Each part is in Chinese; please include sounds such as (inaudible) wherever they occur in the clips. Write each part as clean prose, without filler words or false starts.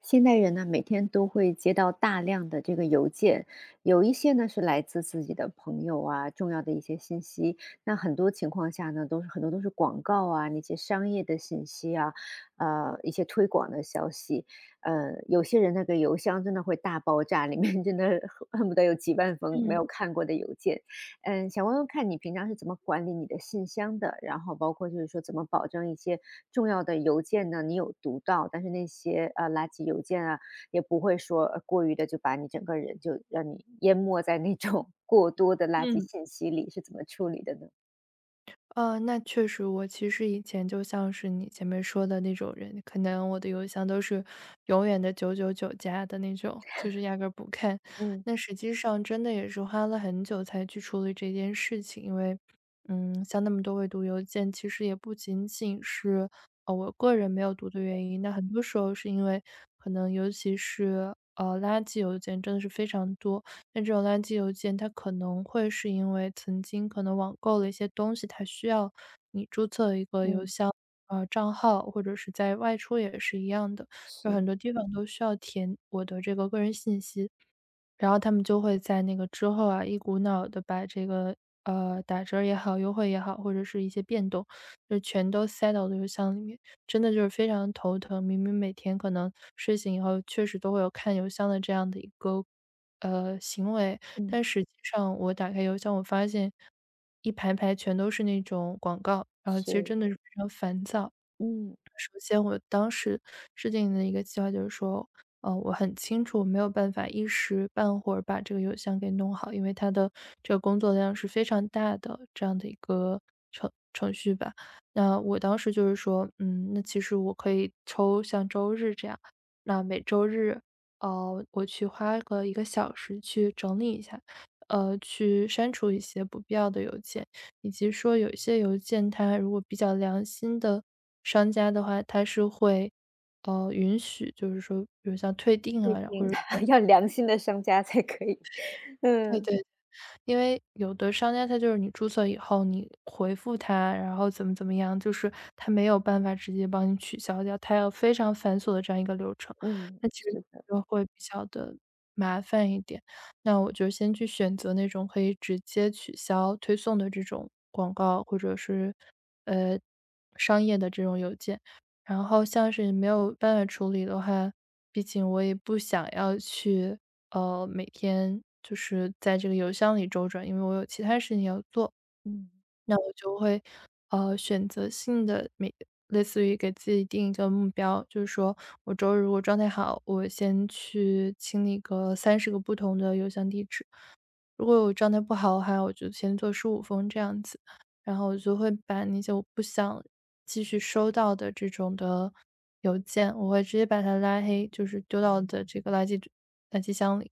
现代人呢，每天都会接到大量的这个邮件，有一些呢是来自自己的朋友啊，重要的一些信息。那很多情况下呢，很多都是广告啊，那些商业的信息啊，一些推广的消息。有些人那个邮箱真的会大爆炸，里面真的 (laughs) 恨不得有几万封没嗯有看过的邮件。想问问看你平常是怎么管理你的信箱的？然后包括就是说怎么保证一些重要的邮件呢，你有读到，但是那些垃圾邮件啊，也不会说过于的就把你整个人就让你淹没在那种 (laughs) 过多的垃圾嗯，信息里，是怎么处理的呢？那确实，我其实以前就像是你前面说的那种人，可能我的邮箱都是永远的999加的那种，就是压根儿不看。嗯那实际上真的也是花了很久才去处理这件事情，因为，嗯，像那么多未读邮件，其实也不仅仅是我个人没有读的原因，那很多时候是因为可能尤其是垃圾邮件真的是非常多，那这种垃圾邮件，它可能会是因为曾经可能网购了一些东西，它需要你注册一个邮嗯。箱账号，或者是在外出也是一样的，有是。很多地方都需要填我的这个个人信息，然后他们就会在那个之后啊，一股脑的把这个打折儿也好、优惠也好，或者是一些变动，就全都塞到的邮箱里面。真的就是非常头疼。明明每天可能睡醒以后确实都会有看邮箱的这样的一个行为，嗯。但实际上我打开邮箱，我发现一排排全都是那种广告，然后其实是。真的是非常烦躁。嗯。首先，我当时制定的一个计划就是说，我很清楚我没有办法一时半会儿把这个邮箱给弄好，因为它的这个工作量是非常大的这样的一个，那我当时就是说，嗯，那其实我可以抽像周日这样，那每周日，我去花个一个小时去整理一下，去删除一些不必要的邮件，以及说有一些邮件它如果比较良心的商家的话，它是会，允许就是说，比如像退订不啊，一或定 者说 (laughs) 要良心的商家才可以。(laughs) 对嗯对，因为有的商家他就是你注册以后，你回复他，然后怎么怎么样，就是他没有办法直接帮你取消掉，他要非常繁琐的这样一个流程，嗯。那其实是的。就会比较的麻烦一点。那我就先去选择那种可以直接取消推送的这种广告，或者是呃商业的这种邮件。然后像是没有办法处理的话，毕竟我也不想要去，每天就是在这个邮箱里周转，因为我有其他事情要做。嗯。那我就会，选择性的每，类似于给自己定一个目标，就是说我周日如果状态好，我先去清理个30个不同的邮箱地址。如果我状态不好的话，我就先做15封这样子。然后我就会把那些我不想继续收到的这种的邮件，我会直接把它拉黑，就是丢到我的这个垃圾箱里。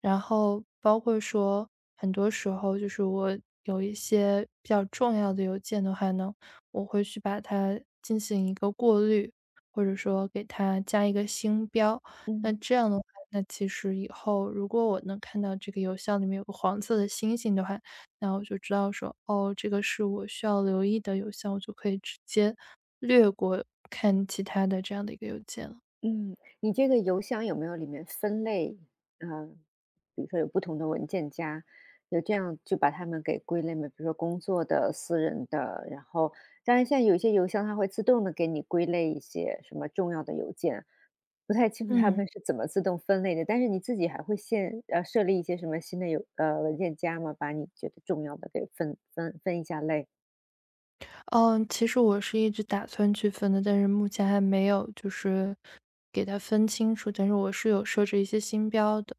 然后包括说，很多时候就是我有一些比较重要的邮件的话呢，我会去把它进行一个过滤，或者说给它加一个星标。那嗯。这样的话，那其实以后如果我能看到这个邮箱里面有个黄色的星星的话，那我就知道说，哦，这个是我需要留意的邮箱，我就可以直接略过看其他的这样的一个邮件了。嗯，你这个邮箱有没有里面分类？呃，比如说有不同的文件夹，有这样就把它们给归类吗？比如说工作的、私人的，然后当然现在有一些邮箱它会自动的给你归类一些什么重要的邮件，不太清楚它嗯。们是怎么自动分类的。但是你自己还会现设立一些什么新的文件夹吗？把你觉得重要的给分一下类？嗯，其实我是一直打算去分的，但是目前还没有就是给它分清楚。但是我是有设置一些星标的，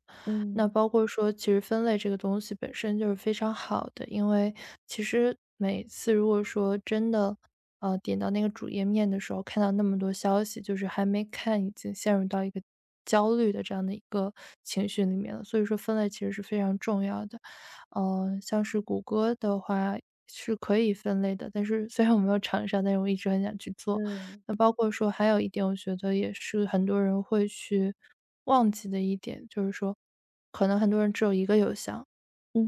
那嗯。包括说，其实分类这个东西本身就是非常好的，因为其实每次如果说真的，点到那个主页面的时候，看到那么多消息，就是还没看，已经陷入到一个焦虑的这样的一个情绪里面了。所以说，分类其实是非常重要的。像是谷歌的话是可以分类的，但是虽然我没有尝试啊，但是我一直很想去做。嗯。那包括说还有一点，我觉得也是很多人会去忘记的一点，就是说可能很多人只有一个邮箱，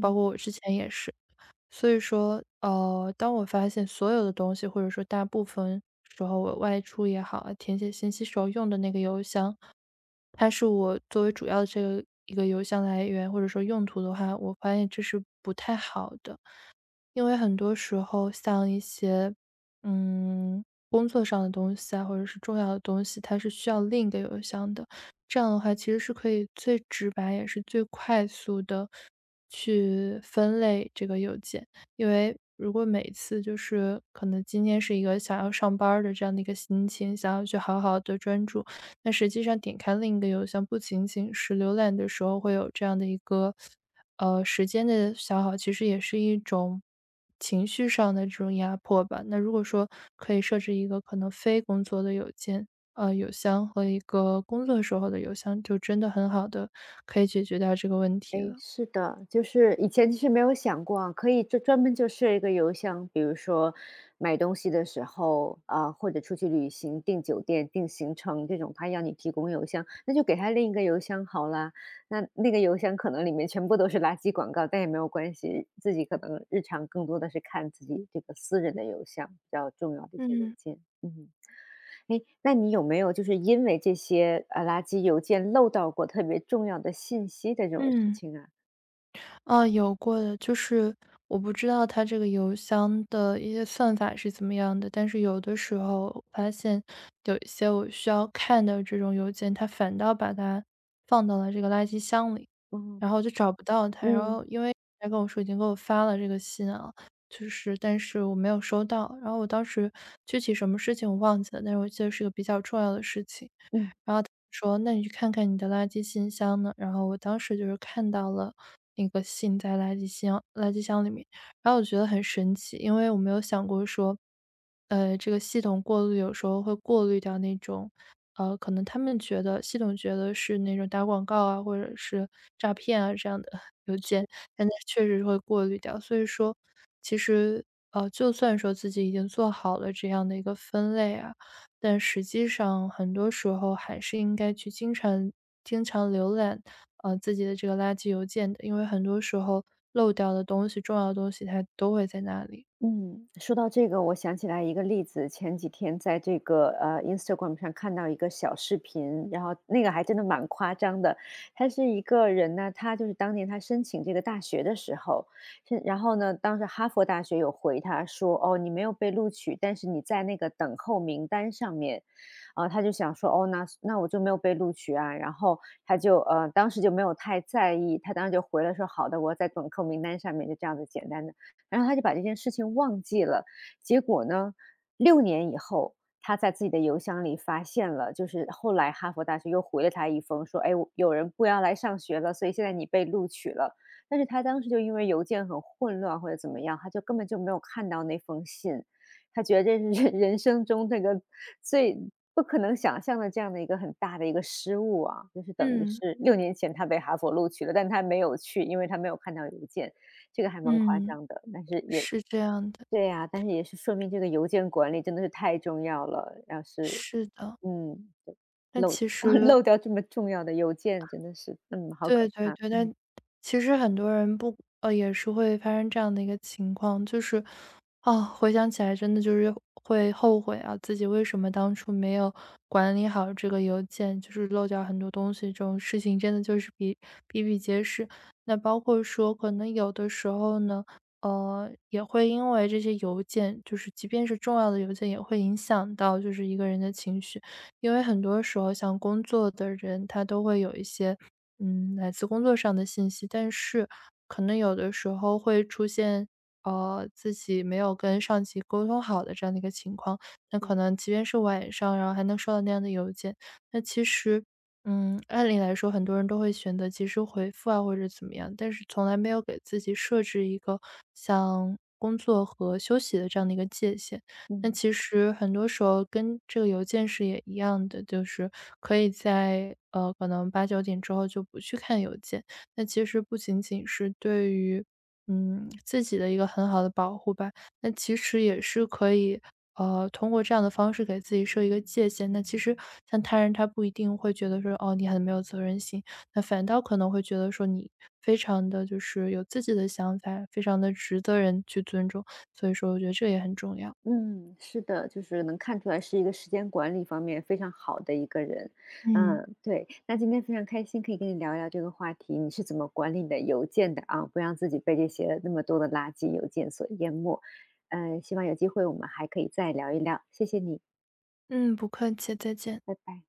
包括我之前也是。所以说，当我发现所有的东西，或者说大部分时候我外出也好啊，填写信息时候用的那个邮箱，它是我作为主要的这个一个邮箱来源或者说用途的话，我发现这是不太好的。因为很多时候像一些，嗯，工作上的东西啊，或者是重要的东西，它是需要另一个邮箱的。这样的话其实是可以最直白，也是最快速的去分类这个邮件。因为如果每次就是可能今天是一个想要上班儿的这样的一个心情，想要去好好的专注，那实际上点开另一个邮箱，不仅仅是浏览的时候会有这样的一个，时间的消耗，其实也是一种情绪上的这种压迫吧。那如果说可以设置一个可能非工作的邮件，邮箱和一个工作时候的邮箱，就真的很好的可以解决掉这个问题哎，了。是的，就是以前其实没有想过啊，可以专门就设一个邮箱，比如说买东西的时候啊，或者出去旅行、订酒店、订行程这种，他要你提供邮箱，那就给他另一个邮箱好啦。那那个邮箱可能里面全部都是垃圾广告，但也没有关系，自己可能日常更多的是看自己这个私人的邮箱，比较重要的一些邮嗯。件。嗯。哎，那你有没有就是因为这些垃圾邮件漏到过特别重要的信息的这种事嗯。情啊？啊，有过的，就是我不知道它这个邮箱的一些算法是怎么样的，但是有的时候我发现有一些我需要看的这种邮件，它反倒把它放到了这个垃圾箱里，嗯然后就找不到它。然嗯后因为他跟我说已经给我发了这个信啊，就是但是我没有收到。然后我当时具体什么事情我忘记了，但是我记得是个比较重要的事情。嗯。然后他说：“那你去看看你的垃圾信箱呢。”然后我当时就是看到了那个信在垃圾箱里面，然后我觉得很神奇，因为我没有想过说，这个系统过滤有时候会过滤掉那种，可能他们觉得系统觉得是那种打广告啊，或者是诈骗啊这样的 (laughs) 邮件，但它确实是会过滤掉。所以说，其实就算说自己已经做好了这样的一个分类啊，但实际上很多时候还是应该去经常浏览，自己的这个垃圾邮件的，因为很多时候漏掉的东西、重要的东西它都会在那里。嗯，说到这个，我想起来一个例子。前几天在这个Instagram 上看到一个小视频，然后那个还真的蛮夸张的。他是一个人呢，他就是当年他申请这个大学的时候，是，然后呢，当时哈佛大学有回他说，哦，你没有被录取，但是你在那个等候名单上面，啊，他就想说，哦，那我就没有被录取啊。然后他就当时就没有太在意，他当时就回了说，好的，我在等候名单上面，就这样子简单的。然后他就把这件事情忘记了。结果呢六年以后，他在自己的邮箱里发现了，就是后来哈佛大学又回了他一封说：“哎，我有人不要来上学了，所以现在你被录取了。”但是他当时就因为邮件很混乱或者怎么样，他就根本就没有看到那封信。他觉得这是人 (laughs) 人生中这个最不可能想象的这样的一个很大的一个失误啊，就是等于嗯，是六年前他被哈佛录取了，但他没有去，因为他没有看到邮件。这个还蛮夸嗯，张的，但是也是这样的，对呀，但是也是说明这个邮件管理真的是太重要了。要是，是的。嗯，那漏 其 (laughs) 实漏掉这么重要的邮件，真的是，嗯，好对可对怕。对，但其实很多人不也是会发生这样的一个情况，就是，啊，回想起来真的就是会后悔啊，自己为什么当初没有管理好这个邮件，就是漏掉很多东西，这种事情真的就是比比皆是。那包括说，可能有的时候呢，也会因为这些邮件，就是即便是重要的邮件，也会影响到就是一个人的情绪，因为很多时候像工作的人，他都会有一些嗯，来自工作上的信息，但是可能有的时候会出现，自己没有跟上级沟通好的这样的一个情况。那可是。能即便是晚上，然后还能收到那样的邮件，那其实，嗯，按理来说，很多人都会选择及时回复啊，或者怎么样，但是从来没有给自己设置一个像工作和休息的这样的一个界限。那嗯其实很多时候跟这个邮件是也一样的，就是可以在可能8、9点之后就不去看邮件。那其实不仅仅是对于嗯自己的一个很好的保护吧，那其实也是可以通过这样的方式给自己设一个界限。那其实像他人他不一定会觉得说哦你很没有责任心，那反倒可能会觉得说你非常的就是有自己的想法，非常的值得人去尊重。所以说我觉得这也很重要。嗯。是的，就是能看出来是一个时间管理方面非常好的一个人。嗯，嗯，对。那今天非常开心可以跟你聊一聊这个话题，你是怎么管理你的邮件的啊？不让自己被这些那么多的垃圾邮件所淹没。嗯，希望有机会我们还可以再聊一聊。谢谢你，嗯，不客气，再见。拜拜。